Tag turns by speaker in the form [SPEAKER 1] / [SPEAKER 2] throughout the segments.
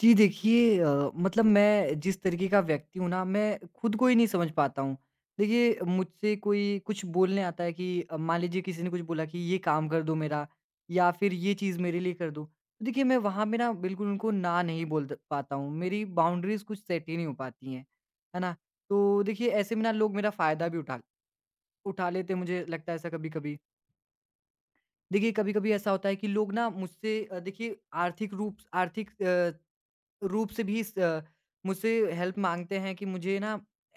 [SPEAKER 1] जी, देखिए मतलब मैं जिस तरीके का व्यक्ति हूँ ना, मैं खुद को ही नहीं समझ पाता हूँ। देखिए, मुझसे कोई कुछ बोलने आता है कि मान लीजिए किसी ने कुछ बोला कि ये काम कर दो मेरा, या फिर ये चीज़ मेरे लिए कर दो। तो देखिए, मैं वहाँ पे ना बिल्कुल उनको ना नहीं बोल द पाता हूँ। मेरी बाउंड्रीज़ कुछ सेट ही नहीं हो पाती हैं। है ना? तो देखिए, ऐसे में ना लोग मेरा फ़ायदा भी उठा उठा लेते हैं, मुझे लगता है ऐसा कभी-कभी। देखिए, कभी-कभी ऐसा होता है कि लोग ना मुझसे देखिए, आर्थिक रूप से भी स मुझसे हेल्प माँगते हैं कि मुझे ना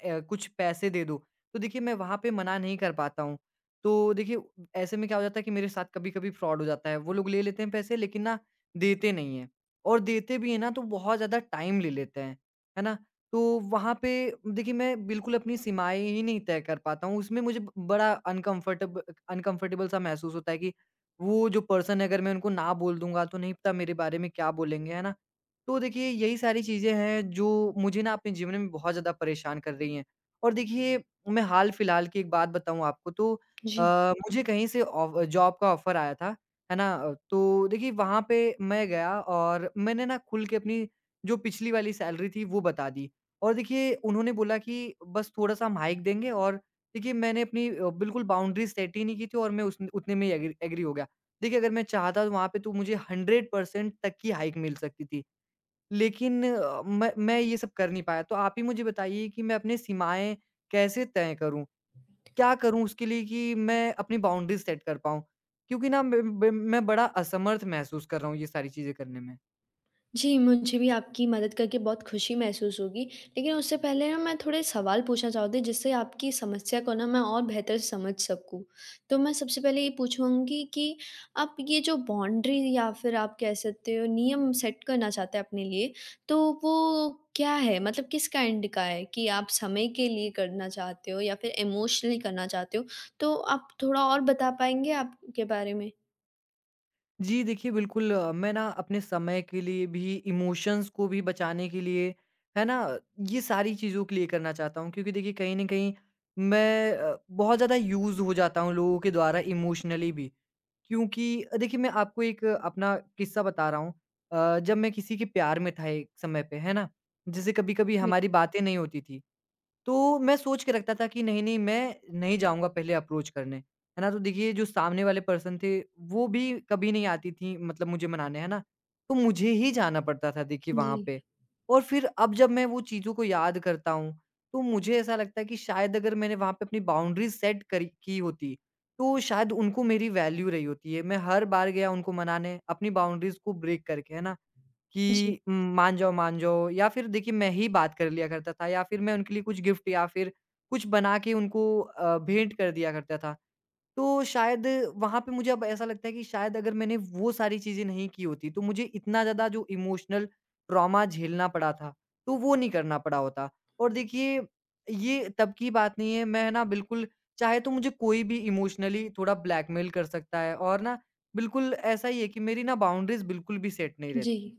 [SPEAKER 1] कुछ पैसे दे दो, तो देखिए, मैं वहाँ पे मना नहीं कर पाता हूँ। तो देखिए, ऐसे में क्या हो जाता है कि मेरे साथ कभी-कभी फ्रॉड हो जाता है। वो लोग ले लेते हैं पैसे, लेकिन ना देते नहीं हैं, और देते भी हैं ना तो बहुत ज़्यादा टाइम ले लेते हैं, है ना? तो वहाँ पे देखिए, मैं बिल्कुल अपनी सीमाएँ ही नहीं तय कर पाता हूँ। उसमें मुझे ब बड़ा अनकम्फ़र्टेबल सा महसूस होता है कि वो जो पर्सन है, अगर मैं उनको ना बोल दूँगा तो नहीं पता मेरे बारे में क्या बोलेंगे, है ना? तो देखिए, यही सारी चीज़ें हैं जो मुझे ना अपने जीवन में बहुत ज़्यादा परेशान कर रही हैं। और देखिए, मैं हाल-फिलहाल की एक बात बताऊँ आपको तो अ,
[SPEAKER 2] जी।
[SPEAKER 1] मुझे कहीं से ऑफ जॉब का ऑफ़र आया था, है ना? तो देखिए, वहाँ पे मैं गया और मैंने ना खुल के अपनी जो पिछली वाली सैलरी थी वो बता दी। और देखिए, उन्होंने बोला कि बस थोड़ा-सा हम हाइक देंगे, और देखिए, मैंने अपनी बिल्कुल बाउंड्री सेट ही नहीं की थी और मैं उस उतने में ही एग्री एग्री हो गया। देखिए, अगर मैं चाहता तो वहाँ पे तो मुझे 100% तक की हाइक मिल सकती थी। लेकिन मैं ये सब कर नहीं पाया। तो आप ही मुझे बताइए कि मैं अपनी सीमाएँ कैसे तय करूँ? क्या करूँ उसके लिए कि मैं अपनी बाउंड्री सेट कर पाऊँ? क्योंकि ना मैं बड़ा असमर्थ महसूस कर रहा हूँ ये सारी चीज़ें करने में।
[SPEAKER 2] जी, मुझे भी आपकी मदद करके बहुत खुशी महसूस होगी। लेकिन उससे पहले ना मैं थोड़े सवाल पूछना चाहती हूँ जिससे आपकी समस्या को ना मैं और बेहतर समझ सकूँ। तो मैं सबसे पहले ये पूछूँगी कि आप ये जो बाउंड्री या फिर आप कह सकते हो नियम सेट करना चाहते हैं अपने लिए, तो वो क्या है? मतलब किस काइंड का है कि आप समय के लिए करना चाहते हो या फिर इमोशनली करना चाहते हो? तो आप थोड़ा और बता पाएँगे आपके बारे में?
[SPEAKER 1] जी, देखिए, बिल्कुल मैं ना अपने समय के लिए भी, इमोशंस को भी बचाने के लिए, है ना? ये सारी चीज़ों के लिए करना चाहता हूँ, क्योंकि देखिए, कहीं न कहीं मैं बहुत ज़्यादा यूज़ हो जाता हूँ लोगों के द्वारा इमोशनली भी। क्योंकि देखिए, मैं आपको एक अपना किस्सा बता रहा हूँ, जब मैं किसी के प्यार में था एक समय पे, है ना? जैसे कभी-कभी हमारी बातें नहीं होती थी, तो मैं सोच के रखता था कि नहीं-नहीं, मैं नहीं जाऊँगा पहले अप्रोच करने, है ना? तो देखिए, जो सामने वाले पर्सन थे वो भी कभी नहीं आती थी मतलब मुझे मनाने, है ना? तो मुझे ही जाना पड़ता था देखिए
[SPEAKER 2] जी।
[SPEAKER 1] वहाँ पे। और फिर अब जब मैं वो चीज़ों को याद करता हूँ, तो मुझे ऐसा लगता है कि शायद अगर मैंने वहाँ पे अपनी बाउंड्रीज़ सेट करी की होती, तो शायद उनको मेरी वैल्यू रही होती है। मैं हर बार गया उनको मनाने अपनी बाउंड्रीज़ को ब्रेक करके, है ना?
[SPEAKER 2] जी,
[SPEAKER 1] कि मान जाओ, मान जाओ, या फिर देखिए, मैं ही बात कर लिया करता था, या फिर मैं उनके लिए कुछ गिफ्ट या फिर कुछ बना के उनको भेंट कर दिया करता था। तो शायद वहाँ पे मुझे अब ऐसा लगता है कि शायद अगर मैंने वो सारी चीज़ें नहीं की होती तो मुझे इतना ज़्यादा जो इमोशनल ट्रॉमा झेलना पड़ा था, तो वो नहीं करना पड़ा होता। और देखिए, ये तब की बात नहीं है, मैं ना बिल्कुल चाहे तो मुझे कोई भी इमोशनली थोड़ा ब्लैकमेल कर सकता है, और ना बिल्कुल ऐसा ही है कि मेरी ना बाउंड्रीज़ बिल्कुल भी सेट नहीं
[SPEAKER 2] जी।
[SPEAKER 1] रहती हैं।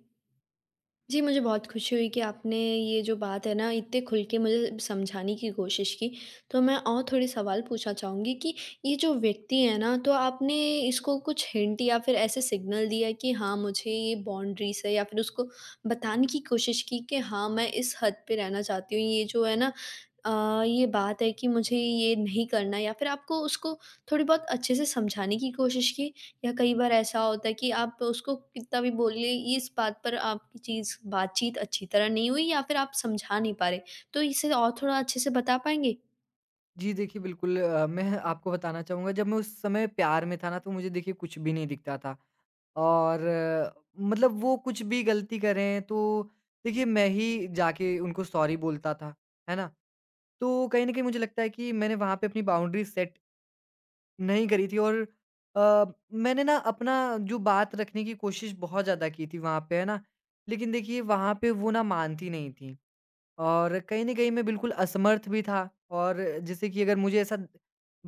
[SPEAKER 2] जी, मुझे बहुत खुशी हुई कि आपने ये जो बात है ना इतने खुल के मुझे समझाने की कोशिश की। तो मैं और थोड़े सवाल पूछना चाहूँगी कि ये जो व्यक्ति है ना तो आपने इसको कुछ हिंट या फिर ऐसे सिग्नल दिया कि हाँ, मुझे ये बाउंड्रीज़ है या फिर उसको बताने की कोशिश की कि हाँ, मैं इस हद पे रहना चाहती हूँ। ये जो है ना ये बात है कि मुझे ये नहीं करना या फिर आपको उसको थोड़ी बहुत अच्छे से समझाने की कोशिश की? या कई बार ऐसा होता है कि आप उसको कितना भी बोलिए इस बात पर आपकी चीज़ बातचीत अच्छी तरह नहीं हुई या फिर आप समझा नहीं पा रहे। तो इसे और थोड़ा अच्छे से बता पाएँगे?
[SPEAKER 1] जी, देखिए, बिल्कुल मैं आपको बताना चाहूँगा, जब मैं उस समय प्यार में था ना तो मुझे देखिए कुछ भी नहीं दिखता था, और मतलब वो कुछ भी गलती करें तो देखिए, मैं ही जाके उनको सॉरी बोलता था, है ना? तो कहीं न कहीं मुझे लगता है कि मैंने वहाँ पे अपनी बाउंड्री सेट नहीं करी थी, और अ, मैंने ना अपना जो बात रखने की कोशिश बहुत ज़्यादा की थी वहाँ पे, है ना? लेकिन देखिए, वहाँ पे वो ना मानती नहीं थी। और कहीं न कहीं मैं बिल्कुल असमर्थ भी था, और जैसे कि अगर मुझे ऐसा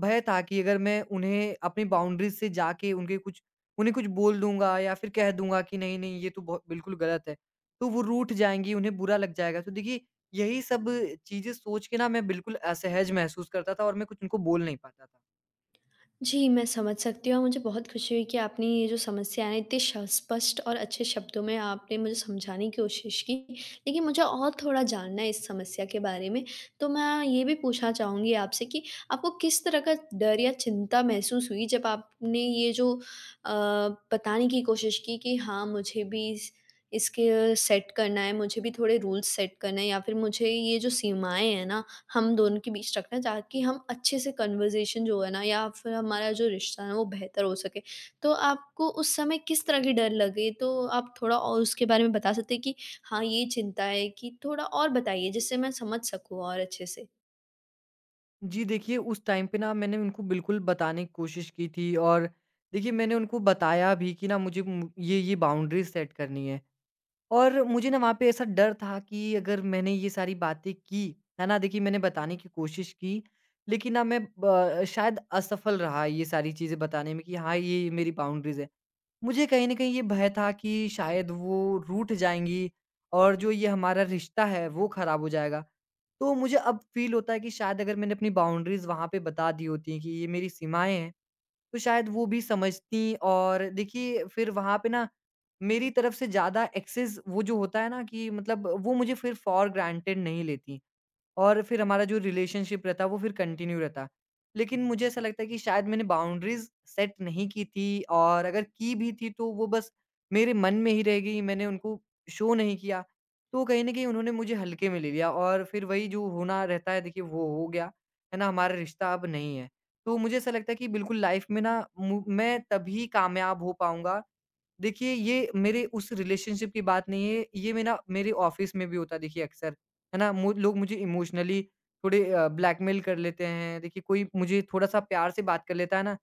[SPEAKER 1] भय था कि अगर मैं उन्हें अपनी बाउंड्रीज़ से जाके उनके कुछ उन्हें कुछ बोल दूँगा या फिर कह दूँगा कि नहीं, नहीं, ये तो बहुत बिल्कुल गलत है, तो वो रूठ जाएँगी, उन्हें बुरा लग जाएगा। तो देखिए, यही सब चीज़ें सोच के ना मैं बिल्कुल असहज महसूस करता था और मैं कुछ उनको बोल नहीं पाता था।
[SPEAKER 2] जी, मैं समझ सकती हूँ और मुझे बहुत खुशी हुई कि आपने ये जो समस्या है इतने श स्पष्ट और अच्छे शब्दों में आपने मुझे समझाने की कोशिश की। लेकिन मुझे और थोड़ा जानना है इस समस्या के बारे में, तो मैं ये भी पूछना चाहूँगी आपसे कि आपको किस तरह का डर या चिंता महसूस हुई जब आपने ये जो अ, बताने की कोशिश की कि हाँ, मुझे भी इस इसके सेट करना है, मुझे भी थोड़े रूल्स सेट करना है या फिर मुझे ये जो सीमाएँ हैं ना, हम दोनों के बीच रखना ताकि हम अच्छे से कन्वर्सेशन जो है ना या फिर हमारा जो रिश्ता है ना वो बेहतर हो सके। तो आपको उस समय किस तरह के डर लगे? तो आप थोड़ा और उसके बारे में बता सकते हैं कि हाँ, ये चिंता है कि थोड़ा और बताइए जिससे मैं समझ सकूँ और अच्छे से?
[SPEAKER 1] जी, देखिए, उस टाइम पे ना मैंने उनको बिल्कुल बताने की कोशिश की थी, और देखिए, मैंने उनको बताया भी कि ना मुझे मु ये बाउंड्रीज़ सेट करनी है। और मुझे ना वहाँ पे ऐसा डर था कि अगर मैंने ये सारी बातें की, है ना? देखिए, मैंने बताने की कोशिश की, लेकिन ना मैं ब शायद असफल रहा ये सारी चीज़ें बताने में कि हाँ, ये मेरी बाउंड्रीज़ है। मुझे कहीं न कहीं ये भय था कि शायद वो रूठ जाएँगी और जो ये हमारा रिश्ता है वो ख़राब हो जाएगा। तो मुझे अब फ़ील होता है कि शायद अगर मैंने अपनी बाउंड्रीज़ वहाँ पे बता दी होती कि ये मेरी सीमाएँ हैं, तो शायद वो भी समझतीं, और देखिए, फिर वहाँ पे ना मेरी तरफ से ज़्यादा एक्सेस वो जो होता है ना कि मतलब वो मुझे फिर फॉर ग्रांटेड नहीं लेतीं। और फिर हमारा जो रिलेशनशिप रहता वो फिर कंटिन्यू रहता। लेकिन मुझे ऐसा लगता है कि शायद मैंने बाउंड्रीज़ सेट नहीं की थी, और अगर की भी थी तो वो बस मेरे मन में ही रह गई, मैंने उनको शो नहीं किया। तो कहीं न कहीं उन्होंने मुझे हल्के में ले लिया और फिर वही जो होना रहता है देखिए, वो हो गया, है ना? हमारा रिश्ता अब नहीं है। तो मुझे ऐसा लगता है कि बिल्कुल लाइफ़ में ना मु मैं तभी कामयाब हो पाऊँगा। देखिए, ये मेरे उस रिलेशनशिप की बात नहीं है, ये मेरा मेरे ऑफ़िस में भी होता है देखिए अक्सर, है ना? मु लोग मुझे इमोशनली थोड़े ब्लैकमेल कर लेते हैं, देखिए, कोई मुझे थोड़ा-सा प्यार से बात कर लेता है ना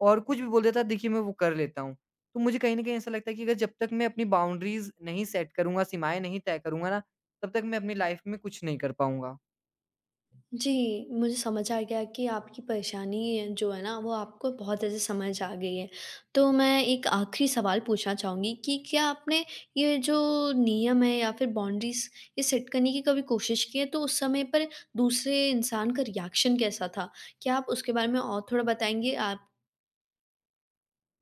[SPEAKER 1] और कुछ भी बोल देता है देखिए, मैं वो कर लेता हूँ। तो मुझे कहीं न कहीं ऐसा लगता है कि अगर जब तक मैं अपनी बाउंड्रीज़ नहीं सेट करूँगा, सीमाएँ नहीं तय करूँगा ना, तब तक मैं अपनी लाइफ़ में कुछ नहीं कर पाऊँगा।
[SPEAKER 2] जी, मुझे समझ आ गया कि आपकी परेशानी जो है ना, वो आपको बहुत अच्छे से समझ आ गई है। तो मैं एक आखिरी सवाल पूछना चाहूँगी कि क्या आपने ये जो नियम है या फिर बाउंड्रीज़ ये सेट करने की कभी कोशिश की है? तो उस समय पर दूसरे इंसान का रिएक्शन कैसा था? क्या आप उसके बारे में और थोड़ा बताएँगे? आप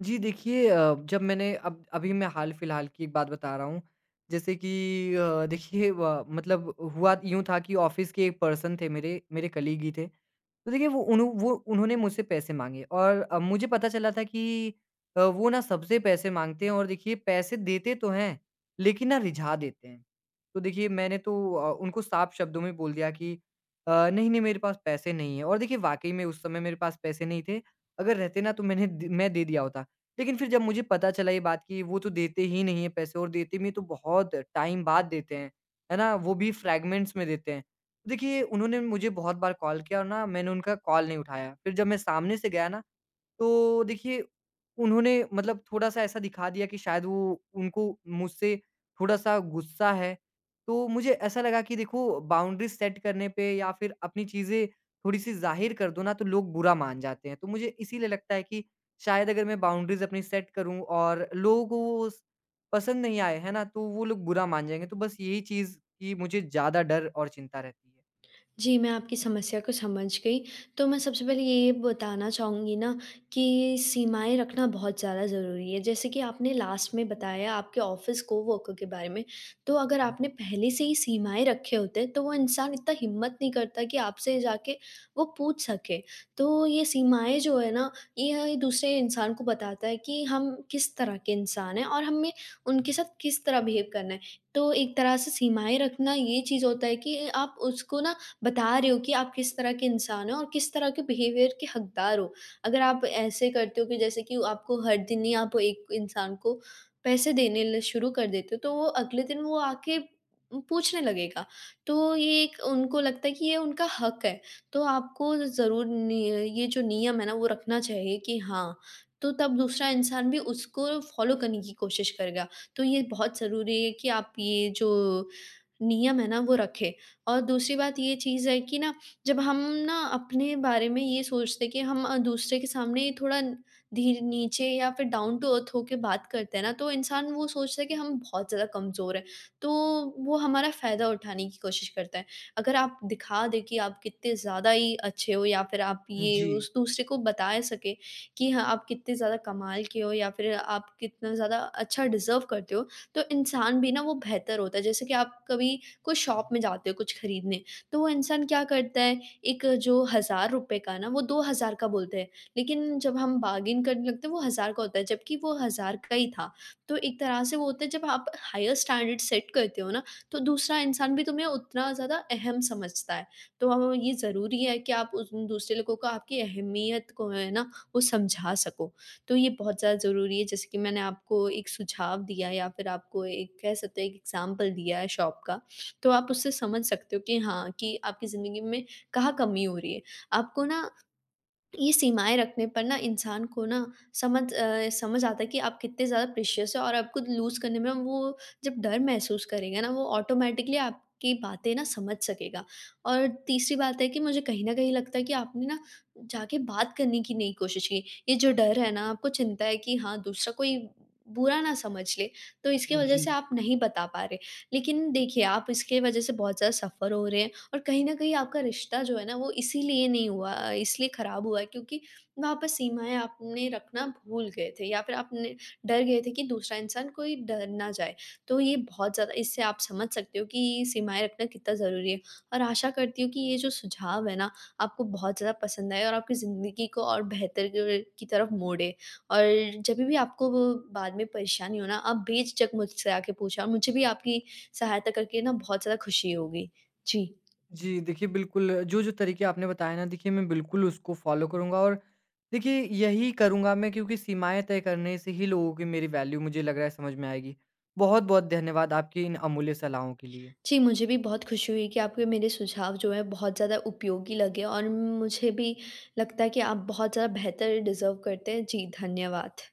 [SPEAKER 1] जी, देखिए, जब मैंने अब अभी मैं हाल-फिलहाल की एक बात बता रहा हूँ। जैसे कि देखिए, व मतलब हुआ यूँ था कि ऑफ़िस के एक पर्सन थे मेरे, मेरे कलीग ही थे। तो देखिए, वो उन्होंने मुझसे पैसे माँगे, और मुझे पता चला था कि वो ना सबसे पैसे माँगते हैं, और देखिए, पैसे देते तो हैं, लेकिन ना रिझा देते हैं। तो देखिए, मैंने तो उनको साफ शब्दों में बोल दिया कि नहीं, नहीं, मेरे पास पैसे नहीं है, और देखिए, वाक़ई में उस समय मेरे पास पैसे नहीं थे। अगर रहते ना तो मैं दे दिया होता। लेकिन फिर जब मुझे पता चला ये बात कि वो तो देते ही नहीं हैं पैसे, और देते भी हैं तो बहुत टाइम बाद देते हैं, है ना? वो भी फ्रैगमेंट्स में देते हैं। देखिए, उन्होंने मुझे बहुत बार कॉल किया और ना मैंने उनका कॉल नहीं उठाया। फिर जब मैं सामने से गया ना, तो देखिए, उन्होंने मतलब थोड़ा-सा ऐसा दिखा दिया कि शायद वो उनको मुझसे थोड़ा-सा गुस्सा है। तो मुझे ऐसा लगा कि देखो, बाउंड्रीज़ सेट करने पे या फिर अपनी चीज़ें थोड़ी-सी ज़ाहिर कर दो ना तो लोग बुरा मान जाते हैं। तो मुझे इसीलिए लगता है कि शायद अगर मैं बाउंड्रीज़ अपनी सेट करूँ और लोगों को वो स पसंद नहीं आए, है ना? तो वो लोग बुरा मान जाएँगे। तो बस यही चीज़ की मुझे ज़्यादा डर और चिंता रहती है।
[SPEAKER 2] जी, मैं आपकी समस्या को समझ गई। तो मैं सबसे पहले ये बताना चाहूँगी ना कि सीमाएँ रखना बहुत ज़्यादा ज़रूरी है। जैसे कि आपने लास्ट में बताया आपके ऑफ़िस कोवर्कर के बारे में, तो अगर आपने पहले से ही सीमाएँ रखे होते तो वो इंसान इतना हिम्मत नहीं करता कि आपसे जाके वो पूछ सके। तो ये सीमाएँ जो है ना, ये दूसरे इंसान को बताता है कि हम किस तरह के इंसान हैं और हमें उनके साथ किस तरह बिहेव करना है। तो एक तरह से सीमाएँ रखना ये चीज़ होता है कि आप उसको ना बता रहे हो कि आप किस तरह के इंसान हो और किस तरह के बिहेवियर के हकदार हो। अगर आप ऐसे करते हो कि जैसे कि आपको हर दिन ही आप एक इंसान को पैसे देने ल शुरू कर देते हो, तो वो अगले दिन वो आके पूछने लगेगा। तो ये एक उनको लगता है कि ये उनका हक है। तो आपको ज़रूर निय ये जो नियम है ना वो रखना चाहिए कि हाँ, तो तब दूसरा इंसान भी उसको फ़ॉलो करने की कोशिश करेगा। तो ये बहुत ज़रूरी है कि आप ये जो नियम है ना वो रखें। और दूसरी बात ये चीज़ है कि ना जब हम ना अपने बारे में ये सोचते हैं कि हम दूसरे के सामने थोड़ा धीर नीचे या फिर डाउन टू अर्थ होके बात करते हैं ना तो इंसान वो सोचता है कि हम बहुत ज़्यादा कमज़ोर हैं। तो वो हमारा फ़ायदा उठाने की कोशिश करता है। अगर आप दिखा दें कि आप कितने ज़्यादा ही अच्छे हो या फिर आप ये
[SPEAKER 1] जी,
[SPEAKER 2] उस दूसरे को बता सकें कि हाँ, आप कितने ज़्यादा कमाल के हो या फिर आप कितना ज़्यादा अच्छा डिज़र्व करते हो, तो इंसान भी ना वो बेहतर होता है। जैसे कि आप कभी कोई शॉप में जाते हो कुछ खरीदने, तो वो इंसान क्या करता है, एक जो ₹1000 का ना, वो 2000 का बोलते हैं, लेकिन जब हम बार्गेन करने लगते हैं, वो 1000 का होता है, जबकि वो 1000 का ही था। तो एक तरह से वो होता है, जब आप हायर स्टैंडर्ड सेट करते हो ना, तो दूसरा इंसान भी तुम्हें उतना ज़्यादा अहम समझता है। तो ये ज़रूरी है कि आप उस दूसरे लोगों को आपकी अहमियत को है ना, वो समझा सको। तो ये बहुत ज़्यादा ज़रूरी है, जैसे कि मैंने आपको एक सुझाव दिया या फिर आपको एक कह सकते हैं एक एग्ज़ाम्पल दिया है शॉप का, तो आप उससे समझ सकते हो कि हाँ, कि आपकी ज़िंदगी में कहाँ कमी हो रही है। आपको ना तो ये सीमाएँ रखने पर ना इंसान को ना समझ आता है कि आप कितने ज़्यादा प्रेशियस हो और आपको लूज़ करने में वो जब डर महसूस करेगा ना वो ऑटोमैटिकली आपकी बातें ना समझ सकेगा। और तीसरी बात है कि मुझे कहीं न कहीं लगता है कि आपने ना जाके बात करने की नहीं कोशिश की। ये जो डर है ना आपको चिंता है कि हाँ, दूसरा कोई बुरा ना समझ ले, तो इसकी वज़ह
[SPEAKER 1] जी।
[SPEAKER 2] से आप नहीं बता पा रहे। लेकिन देखिए आप इसके वज़ह से बहुत ज़्यादा सफ़र हो रहे हैं और कहीं न कहीं आपका रिश्ता जो है ना वो इसीलिए नहीं हुआ इसलिए खराब हुआ है क्योंकि वहाँ पर सीमाएँ आपने रखना भूल गए थे या फिर आपने डर गए थे कि दूसरा इंसान कोई डर ना जाए। तो ये बहुत ज़्यादा इससे आप समझ सकते हो कि सीमाएँ रखना कितना ज़रूरी है और आशा करती हूँ कि ये जो सुझाव है ना आपको बहुत ज़्यादा पसंद आए और आपकी ज़िंदगी को और बेहतर क की तरफ मोड़े। और जभी भी आपको वो बाद में परेशानी हो ना आप बेझिझक मुझसे आके पूछा और मुझे भी आपकी सहायता करके ना बहुत ज़्यादा खुशी होगी। जी।
[SPEAKER 1] जी, देखिए, बिल्कुल, जो-जो तरीके आपने बताए ना देखिए, मैं बिल्कुल उसको फ़ॉलो करूँगा, और देखिए, यही करूँगा मैं, क्योंकि सीमाएँ तय करने से ही लोगों की मेरी वैल्यू मुझे लग रहा है समझ में आएगी। बहुत-बहुत धन्यवाद आपकी इन अमूल्य सलाहों के लिए।
[SPEAKER 2] जी, मुझे भी बहुत खुशी हुई कि आपके मेरे सुझाव जो हैं बहुत ज़्यादा उपयोगी लगे और मुझे भी लगता है कि आप बहुत ज़्यादा बेहतर डिज़र्व करते हैं। जी, धन्यवाद।